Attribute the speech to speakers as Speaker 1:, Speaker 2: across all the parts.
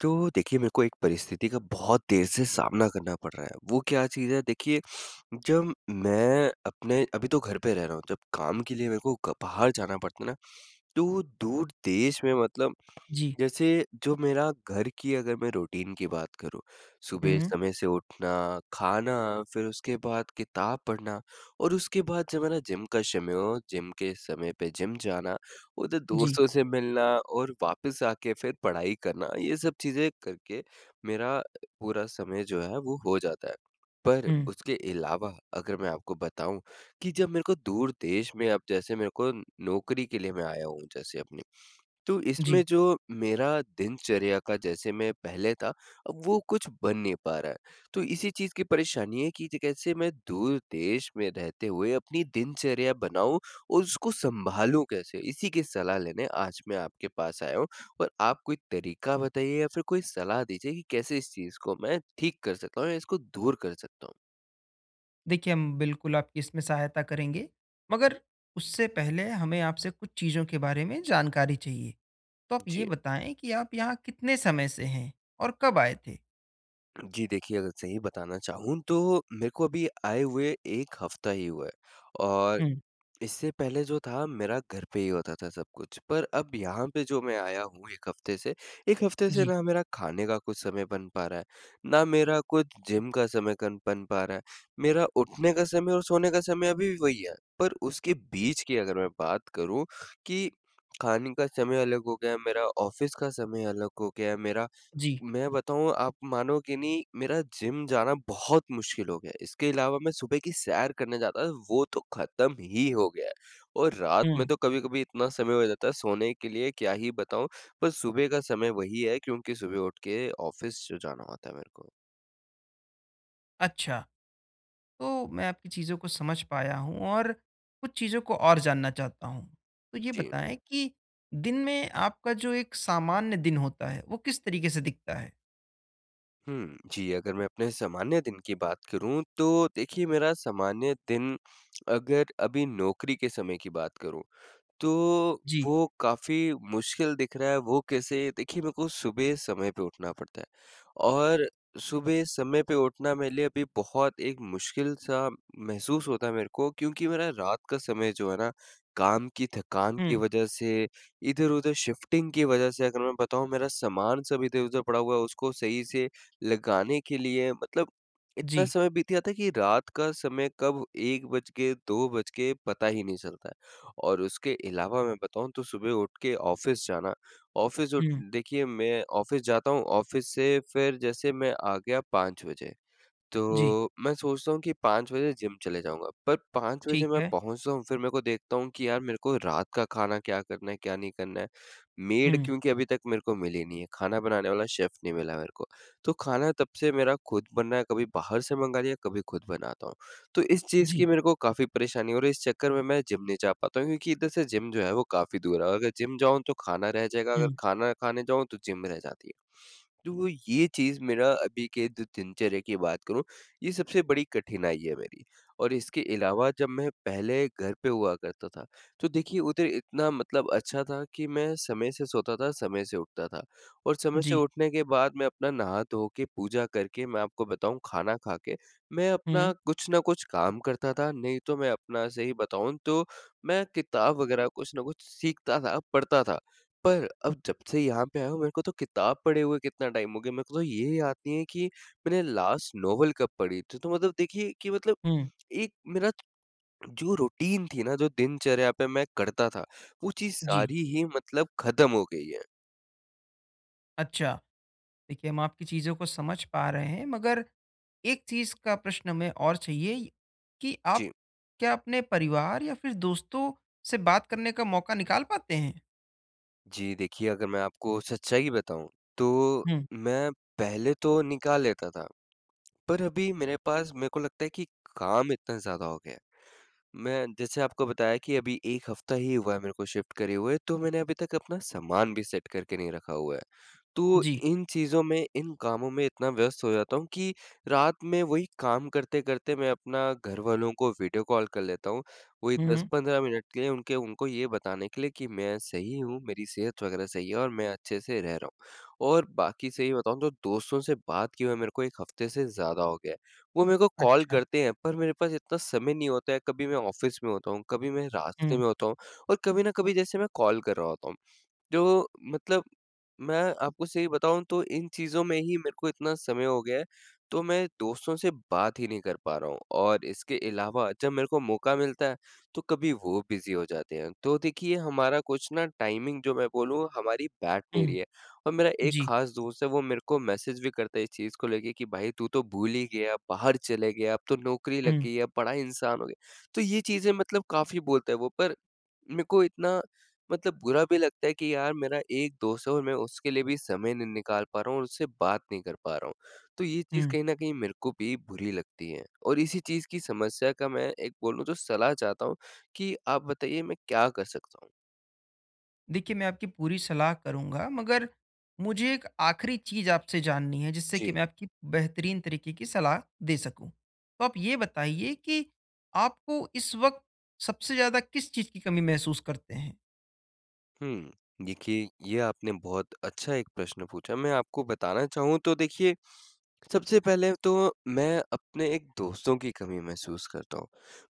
Speaker 1: तो देखिए, मेरे को एक परिस्थिति का बहुत देर से सामना करना पड़ रहा है। वो क्या चीज़ है देखिए, जब मैं अपने अभी तो घर पे रह रहा हूँ, जब काम के लिए मेरे को क बाहर जाना पड़ता है ना, तो दूर देश में मतलब
Speaker 2: जी।
Speaker 1: जैसे जो मेरा घर की अगर मैं रूटीन की बात करूँ, सुबह
Speaker 2: हुँ,
Speaker 1: समय से उठना, खाना, फिर उसके बाद किताब पढ़ना और उसके बाद जब मेरा जिम का समय हो, जिम के समय पे जिम जाना, उधर
Speaker 2: जी।
Speaker 1: दोस्तों से मिलना और वापस आके फिर पढ़ाई करना, ये सब चीज़ें करके मेरा पूरा समय जो है वो हो जाता है। पर
Speaker 2: हुँ,
Speaker 1: उसके अलावा अगर मैं आपको बताऊँ कि जब मेरे को दूर देश में अब जैसे मेरे को नौकरी के लिए मैं आया हूँ जैसे अपनी, तो
Speaker 2: जी।
Speaker 1: इसमें जो मेरा दिनचर्या का जैसे मैं पहले था, अब वो कुछ बन नहीं पा रहा है। तो इसी चीज़ की परेशानी है कि ज कैसे मैं दूर देश में रहते हुए अपनी दिनचर्या बनाऊँ और उसको सँभालूँ कैसे? इसी की सलाह लेने आज मैं आपके पास आया हूँ और आप कोई तरीका बताइए या फिर कोई सलाह दीजिए कि कैसे इस चीज़ को मैं ठीक कर सकता हूँ या इसको दूर कर सकता हूँ?
Speaker 2: देखिए, हम बिल्कुल आपकी इसमें सहायता करेंगे, मगर उससे पहले हमें आपसे कुछ चीज़ों के बारे में जानकारी चाहिए। तो आप ये
Speaker 1: जी।
Speaker 2: बताएँ कि आप यहाँ कितने समय से हैं और कब आए थे?
Speaker 1: जी, देखिए अगर सही बताना चाहूँ तो मेरे को अभी आए हुए 1 हफ़्ता ही हुआ है और
Speaker 2: हुँ,
Speaker 1: इससे पहले जो था मेरा घर पे ही होता था सब कुछ, पर अब यहाँ पे जो मैं आया हूँ 1 हफ़्ते से, 1 हफ़्ते से
Speaker 2: जी।
Speaker 1: ना मेरा खाने का कुछ समय बन पा रहा है, ना मेरा कुछ जिम का समय कन बन पा रहा है। मेरा उठने का समय और सोने का समय अभी भी वही है, पर उसके बीच की अगर मैं बात करूँ कि खाने का समय अलग हो गया है, मेरा ऑफ़िस का समय अलग हो गया है, मेरा,
Speaker 2: जी।
Speaker 1: मैं बताऊँ आप मानोगे नहीं, मेरा जिम जाना बहुत मुश्किल हो गया है। इसके अलावा मैं सुबह की सैर करने जाता था वो तो ख़त्म ही हो गया है और रात में
Speaker 2: हुँ,
Speaker 1: तो कभी-कभी इतना समय हो जाता है सोने के लिए क्या ही बताऊँ, पर सुबह का समय वही है क्योंकि सुबह उठ के ऑफ़िस जाना होता है मेरे को।
Speaker 2: अच्छा। तो मैं आपकी चीज़ों को समझ पाया हूँ और कुछ चीज़ों को और जानना चाहता हूँ। तो ये
Speaker 1: जी।
Speaker 2: बताएँ कि दिन में आपका जो एक सामान्य दिन होता है, वो किस तरीके से दिखता है?
Speaker 1: हुँ, जी अगर मैं अपने सामान्य दिन की बात करूँ तो देखिए मेरा सामान्य दिन अगर अभी नौकरी के समय की बात करूँ तो
Speaker 2: जी।
Speaker 1: वो काफ़ी मुश्किल दिख रहा है, वो कैसे? देखिए मेरे को सुबह समय पे उठना पड़ता है और सुबह समय पे उठना मेरे लिए अभी बहुत एक मुश्किल सा महसूस होता है मेरे को क्योंकि मेरा रात का समय जो है ना, काम की थकान की
Speaker 2: हुँ,
Speaker 1: वज़ह से, इधर-उधर शिफ्टिंग की वज़ह से अगर मैं बताऊँ मेरा सामान सब इधर-उधर पड़ा हुआ है, उसको सही से लगाने के लिए मतलब इतना
Speaker 2: जी।
Speaker 1: समय बीत जाता है कि रात का समय कब 1 बज के 2 बज के पता ही नहीं चलता। और उसके अलावा मैं बताऊँ तो सुबह उठ के ऑफ़िस जाना, ऑफ़िस उठ
Speaker 2: हुँ,
Speaker 1: देखिए मैं ऑफ़िस जाता हूँ, ऑफ़िस से फिर जैसे मैं आ गया 5 बजे।
Speaker 2: जी।
Speaker 1: तो मैं सोचता हूँ कि 5 बजे जिम चले जाऊँगा, पर 5 बजे
Speaker 2: ठीक
Speaker 1: मैं
Speaker 2: है।
Speaker 1: पहुँचता हूँ, फिर मेरे को देखता हूँ कि यार मेरे को रात का खाना क्या करना है, क्या नहीं करना है। मेड
Speaker 2: हुँ।
Speaker 1: क्योंकि अभी तक मेरे को मिली नहीं है, खाना बनाने वाला शेफ़ नहीं मिला मेरे को। तो खाना तब से मेरा खुद बन रहा है, कभी बाहर से मँगा लिया, कभी खुद बनाता हूँ। तो इस चीज़ की
Speaker 2: जी।
Speaker 1: मेरे को काफ़ी परेशानी हो रही है, इस चक्कर में मैं जिम नहीं जा पाता हूँ क्योंकि इधर से जिम जो है वो काफ़ी दूर है और अगर जिम जाऊँ तो खाना रह जाएगा, अगर
Speaker 2: हुँ।
Speaker 1: खाना खाने जाऊँ तो जिम रह जाती है। तो ये चीज़ मेरा अभी के जो दिनचर्या की बात करूँ ये सबसे बड़ी कठिनाई है मेरी और इसके अलावा जब मैं पहले घर पे हुआ करता था, तो देखिए उधर इतना मतलब अच्छा था कि मैं समय से सोता था, समय से उठता था और समय से
Speaker 2: जी।
Speaker 1: उठने के बाद मैं अपना नहा धो के, पूजा करके, मैं आपको बताऊँ खाना खा के, मैं
Speaker 2: हुँ,
Speaker 1: अपना कुछ ना कुछ काम करता था, नहीं तो मैं अपना सही बताऊँ तो मैं किताब वगैरह कुछ ना कुछ सीखता था, पढ़ता था। पर अब जब से यहाँ पे आया हूँ मेरे को तो किताब पढ़े हुए कितना टाइम हो गया, मेरे को तो ये याद नहीं है कि मैंने लास्ट नॉवेल कब पढ़ी थी, तो मतलब देखिए कि मतलब
Speaker 2: हुँ।
Speaker 1: एक मेरा जो रूटीन थी ना, जो दिनचर्या पे मैं करता था, वो चीज़
Speaker 2: जी।
Speaker 1: सारी ही मतलब ख़त्म हो गई है।
Speaker 2: अच्छा, देखिए हम आपकी चीज़ों को समझ पा रहे हैं, मगर एक चीज़ का प्रश्न हमें और चाहिए कि आप
Speaker 1: जी।
Speaker 2: क्या अपने परिवार या फिर दोस्तों से बात करने का मौका निकाल पाते हैं?
Speaker 1: जी, देखिए अगर मैं आपको सच्चाई बताऊँ, तो
Speaker 2: हुँ।
Speaker 1: मैं पहले तो निकाल लेता था, पर अभी मेरे पास मेरे को लगता है कि काम इतना ज़्यादा हो गया है। मैं जैसे आपको बताया कि अभी 1 हफ़्ता ही हुआ है मेरे को शिफ्ट करे हुए, तो मैंने अभी तक अपना सामान भी सेट करके नहीं रखा हुआ है। तो
Speaker 2: जी।
Speaker 1: इन चीज़ों में, इन कामों में इतना व्यस्त हो जाता हूँ कि रात में वही काम करते-करते मैं अपना घरवालों को वीडियो कॉल कर लेता हूँ। वही
Speaker 2: हुँ, हुँ।
Speaker 1: 10-15 मिनट के लिए उनके उनको ये बताने के लिए कि मैं सही हूँ, मेरी सेहत वग़ैरह सही है और मैं अच्छे से रह रहा हूँ। और बाकी सही बताऊँ तो दोस्तों से बात किए हुए मेरे को 1 हफ़्ते से ज़्यादा हो गया है। वो मेरे को कॉल
Speaker 2: अच्छा।
Speaker 1: करते हैं, पर मेरे पास इतना समय नहीं होता है, कभी मैं ऑफ़िस में होता हूँ, कभी मैं रास्ते
Speaker 2: हुँ,
Speaker 1: में होता हूँ और कभी ना कभी जैसे मैं कॉल कर रहा होता हूँ। जो मतलब मैं आपको सही बताऊँ तो इन चीज़ों में ही मेरे को इतना समय हो गया है, तो मैं दोस्तों से बात ही नहीं कर पा रहा हूँ और इसके अलावा जब मेरे को मौका मिलता है, तो कभी वो बिज़ी हो जाते हैं। तो देखिए हमारा कुछ ना टाइमिंग जो मैं बोलूँ हमारी बैठ नहीं
Speaker 2: हुँ।
Speaker 1: रही है और मेरा एक
Speaker 2: जी।
Speaker 1: ख़ास दोस्त है वो मेरे को मैसेज भी करता है इस चीज़ को लेके कि भाई तू तो भूल ही गया, बाहर चले गया, अब तो नौकरी लग
Speaker 2: हुँ,
Speaker 1: गई है, अब बड़ा इंसान हो गया। तो ये चीज़ें मतलब काफ़ी बोलता है वो पर मेरे को इतना मतलब बुरा भी लगता है कि यार मेरा एक दोस्त है और मैं उसके लिए भी समय नहीं निकाल पा रहा हूँ और उससे बात नहीं कर पा रहा हूँ। तो ये चीज़
Speaker 2: हुँ।
Speaker 1: कहीं न कहीं मेरे को भी बुरी लगती है और इसी चीज़ की समस्या का मैं एक बोलूँ तो सलाह चाहता हूँ कि आप बताइए मैं क्या कर सकता हूँ?
Speaker 2: देखिए, मैं आपकी पूरी सलाह करूँगा, मगर मुझे एक आखिरी चीज़ आपसे जाननी है, जिससे कि
Speaker 1: जी।
Speaker 2: मैं आपकी बेहतरीन तरीके की सलाह दे सकूँ। तो आप ये बताइए कि आपको इस वक़्त सबसे ज़्यादा किस चीज़ की कमी महसूस करते हैं?
Speaker 1: हुँ, देखिए ये आपने बहुत अच्छा एक प्रश्न पूछा। मैं आपको बताना चाहूँ तो देखिए सबसे पहले तो मैं अपने एक दोस्तों की कमी महसूस करता हूँ।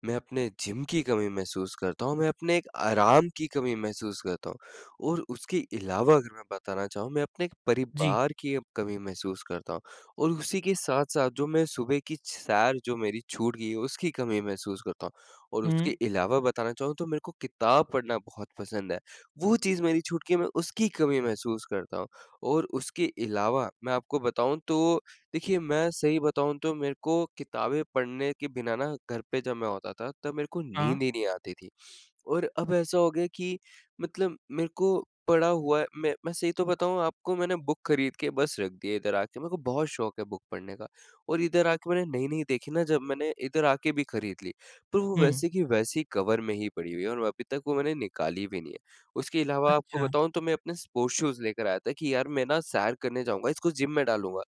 Speaker 1: मैं अपने जिम की कमी महसूस करता हूँ, मैं अपने एक आराम की कमी महसूस करता हूँ और उसके अलावा अगर मैं बताना चाहूँ, मैं अपने एक
Speaker 2: जी।
Speaker 1: परिवार की अब कमी महसूस करता हूँ और उसी के साथ-साथ जो मैं सुबह की सैर जो मेरी छूट गई है, उसकी कमी महसूस करता हूँ और उसके
Speaker 2: हुँ।
Speaker 1: अलावा बताना चाहूँ तो मेरे को किताब पढ़ना बहुत पसंद है। वो चीज़ मेरी छूट गई है, मैं उसकी कमी महसूस करता हूँ और उसके अलावा मैं आपको बताऊँ तो देखिए, मैं सही बताऊँ तो मेरे को किताबें पढ़ने के बिना ना घर पे जब मैं होता था तब मेरे को
Speaker 2: हाँ।
Speaker 1: नींद ही नहीं आती थी। और अब ऐसा हो गया कि मतलब मेरे को पड़ा हुआ है मैं सही तो बताऊँ आपको मैंने बुक खरीद के बस रख दी है इधर आके, मेरे को बहुत शौक है बुक पढ़ने का। और इधर आके मैंने नई-नई देखी ना जब मैंने इधर आके भी खरीद ली, पर वो
Speaker 2: हुँ।
Speaker 1: वैसे की वैसी कवर में ही पड़ी हुई है और अभी तक वो मैंने निकाली भी नहीं है। उसके अलावा आपको
Speaker 2: अच्छा।
Speaker 1: बताऊँ तो मैं अपने स्पोर्ट्स शूज़ लेकर आया था कि यार मैं ना सैर करने जाऊँगा, इसको जिम में डालूँगा।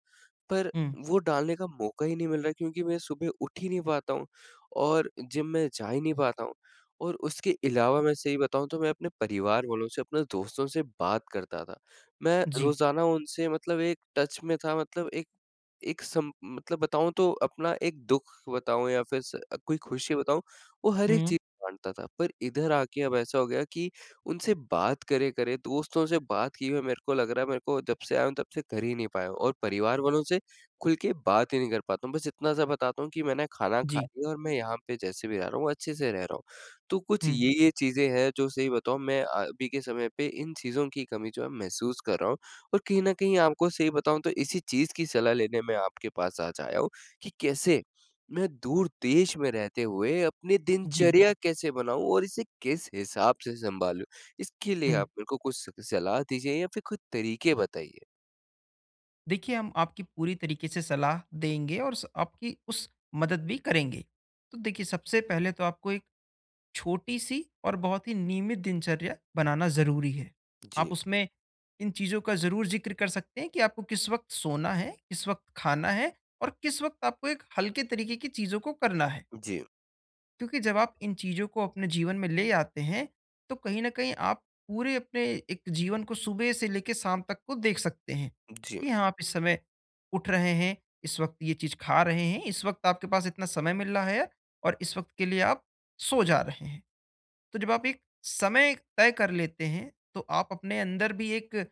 Speaker 1: पर
Speaker 2: हुँ।
Speaker 1: वो डालने का मौका ही नहीं मिल रहा क्योंकि मैं सुबह उठ ही नहीं पाता हूँ और जिम में जा ही नहीं पाता हूँ। और उसके अलावा मैं सही बताऊँ तो मैं अपने परिवार वालों से, अपने दोस्तों से बात करता था। मैं
Speaker 2: जी।
Speaker 1: रोज़ाना उनसे मतलब एक टच में था मतलब एक एक सम मतलब बताऊँ तो अपना एक दुःख बताऊँ या फिर स कोई खुशी बताऊँ, वो हर एक
Speaker 2: हुँ।
Speaker 1: चीज़ बाँटता था। पर इधर आके अब ऐसा हो गया कि उनसे बात करे-करे, दोस्तों से बात किए हुए मेरे को लग रहा है मेरे को जब से आया हूँ तब से कर ही नहीं पाया हूँ और परिवार वालों से खुल के बात ही नहीं कर पाता हूँ। बस इतना सा बताता हूँ कि मैंने खाना खा
Speaker 2: जी।
Speaker 1: लिया और मैं यहाँ पे जैसे भी रह रहा हूँ, अच्छे से रह रहा हूँ। तो कुछ
Speaker 2: हुँ।
Speaker 1: ये चीज़ें हैं जो सही बताऊँ मैं अभी के समय पे इन चीज़ों की कमी जो है महसूस कर रहा हूँ और कहीं न कहीं आपको सही बताऊँ तो इसी चीज़ की सलाह लेने मैं आपके पास आज आया हूँ कि कैसे मैं दूर देश में रहते हुए अपनी
Speaker 2: जी।
Speaker 1: दिनचर्या कैसे बनाऊँ और इसे किस हिसाब से सँभालूँ? इसके लिए
Speaker 2: हुँ।
Speaker 1: आप मेरे को कुछ स सलाह दीजिए या फिर कुछ तरीके बताइए।
Speaker 2: देखिए, हम आपकी पूरी तरीके से सलाह देंगे और स आपकी उस मदद भी करेंगे। तो देखिए, सबसे पहले तो आपको एक छोटी सी और बहुत ही नियमित दिनचर्या बनाना ज़रूरी है। आप
Speaker 1: जी,
Speaker 2: उसमें इन चीज़ों का ज़रूर ज़िक्र कर सकते हैं कि आपको किस वक़्त सोना है, किस वक़्त खाना है और किस वक़्त आपको एक हल्के तरीके की चीज़ों को करना है।
Speaker 1: जी,
Speaker 2: क्योंकि जब आप इन चीज़ों को अपने जीवन में ले आते हैं, तो कहीं न कहीं आप पूरे अपने एक जीवन को सुबह से लेके शाम तक को देख सकते हैं,
Speaker 1: जी।
Speaker 2: कि हाँ, आप इस समय उठ रहे हैं, इस वक़्त ये चीज़ खा रहे हैं, इस वक़्त आपके पास इतना समय मिल रहा है और इस वक़्त के लिए आप सो जा रहे हैं। तो जब आप एक समय तय कर लेते हैं, तो आप अपने अंदर भी एक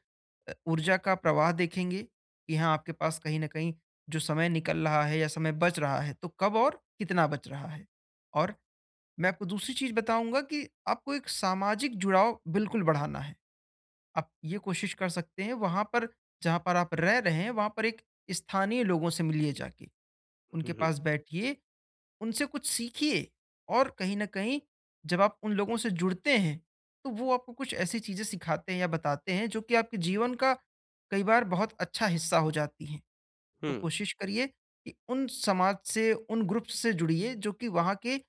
Speaker 2: ऊर्जा का प्रवाह देखेंगे कि हाँ, आपके पास कहीं ना कहीं जो समय निकल रहा है या समय बच रहा है, तो कब और कितना बच रहा है। और मैं आपको दूसरी चीज बताऊंगा कि आपको एक सामाजिक जुड़ाव बिल्कुल बढ़ाना है। आप ये कोशिश कर सकते हैं, वहां पर जहां पर आप रह रहे हैं, वहां पर एक स्थानीय लोगों से मिलिए, जाके उनके
Speaker 1: हुँ, हुँ।
Speaker 2: पास बैठिए, उनसे कुछ सीखिए। और कहीं न कहीं जब आप उन लोगों से जुड़ते हैं, तो वो आपको कुछ ऐसी चीज़ें सिखाते हैं या बताते हैं, जो कि आपके जीवन का कई बार बहुत अच्छा हिस्सा हो जाती हैं। तो
Speaker 1: हुँ,
Speaker 2: कोशिश करिए कि उन समाज से, उन ग्रुप्स से जुड़िए जो कि वहाँ के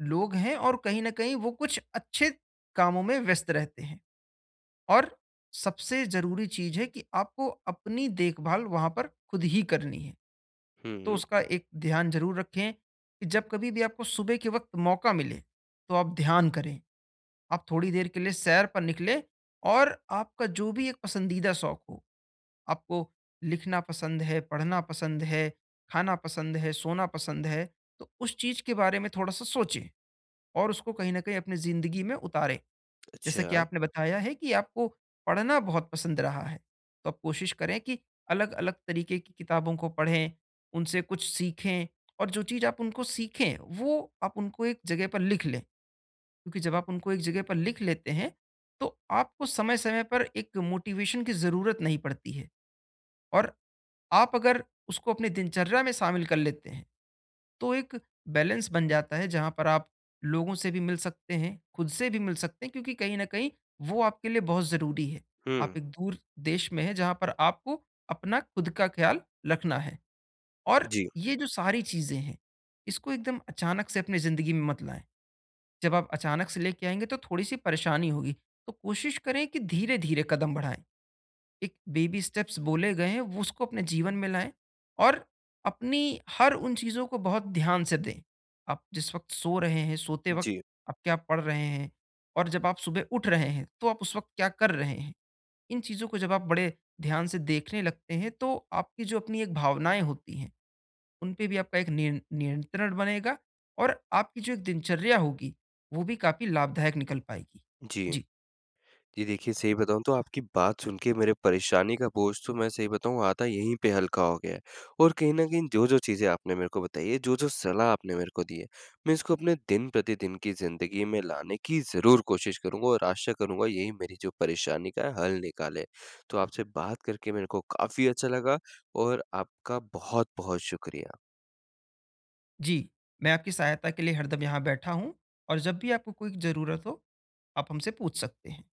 Speaker 2: लोग हैं और कहीं न कहीं वो कुछ अच्छे कामों में व्यस्त रहते हैं। और सबसे ज़रूरी चीज़ है कि आपको अपनी देखभाल वहाँ पर खुद ही करनी है। तो
Speaker 1: हुँ।
Speaker 2: उसका एक ध्यान ज़रूर रखें कि जब कभी भी आपको सुबह के वक़्त मौका मिले, तो आप ध्यान करें। आप थोड़ी देर के लिए सैर पर निकलें और आपका जो भी एक पसंदीदा शौक हो, आपको लिखना पसंद है, पढ़ना पसंद है, खाना पसंद है, सोना पसंद है, तो उस चीज़ के बारे में थोड़ा-सा सोचें और उसको कहीं न कहीं अपनी ज़िंदगी में उतारें। जैसा
Speaker 1: अच्छा,
Speaker 2: कि आपने बताया है कि आपको पढ़ना बहुत पसंद रहा है, तो आप कोशिश करें कि अलग-अलग तरीके की किताबों को पढ़ें, उनसे कुछ सीखें और जो चीज़ आप उनको सीखें, वो आप उनको एक जगह पर लिख लें। क्योंकि जब आप उनको एक जगह पर लिख लेते हैं, तो आपको समय-समय पर एक मोटिवेशन की ज़रूरत नहीं पड़ती है। और आप अगर उसको अपनी दिनचर्या में शामिल कर लेते हैं, तो एक बैलेंस बन जाता है, जहाँ पर आप लोगों से भी मिल सकते हैं, खुद से भी मिल सकते हैं, क्योंकि कहीं न कहीं वो आपके लिए बहुत ज़रूरी है। आप
Speaker 1: हुँ।
Speaker 2: एक दूर देश में हैं, जहाँ पर आपको अपना खुद का ख़्याल रखना है और
Speaker 1: जी,
Speaker 2: ये जो सारी चीज़ें हैं, इसको एकदम अचानक से अपनी ज़िंदगी में मत लाएँ। जब आप अचानक से लेके आएँगे तो थोड़ी-सी परेशानी होगी, तो कोशिश करें कि धीरे-धीरे कदम बढ़ाएँ। एक बेबी स्टेप्स बोले गए हैं, वो उसको अपने जीवन में लाएँ और अपनी हर उन चीज़ों को बहुत ध्यान से दें। आप जिस वक़्त सो रहे हैं, सोते वक़्त
Speaker 1: जी,
Speaker 2: आप क्या पढ़ रहे हैं और जब आप सुबह उठ रहे हैं तो आप उस वक़्त क्या कर रहे हैं? इन चीज़ों को जब आप बड़े ध्यान से देखने लगते हैं, तो आपकी जो अपनी एक भावनाएँ होती हैं, उन पे भी आपका एक नियन नियंत्रण बनेगा और आपकी जो एक दिनचर्या होगी, वो भी काफ़ी लाभदायक निकल पाएगी।
Speaker 1: जी।
Speaker 2: जी।
Speaker 1: जी, देखिए सही बताऊँ तो आपकी बात सुन के मेरे परेशानी का बोझ तो मैं सही बताऊँ आता यहीं पे हल्का हो गया है और कहीं न कहीं जो-जो चीज़ें आपने मेरे को बताई है, जो-जो सलाह आपने मेरे को दी है, मैं इसको अपने दिन-प्रतिदिन की ज़िंदगी में लाने की ज़रूर कोशिश करूँगा और आशा करूँगा यही मेरी जो परेशानी का हल निकाले। तो आपसे बात करके मेरे को काफ़ी अच्छा लगा और आपका बहुत-बहुत शुक्रिया।
Speaker 2: जी, मैं आपकी सहायता के लिए हरदम यहाँ बैठा हूँ और जब भी आपको कोई ज़रूरत हो, आप हमसे पूछ सकते हैं।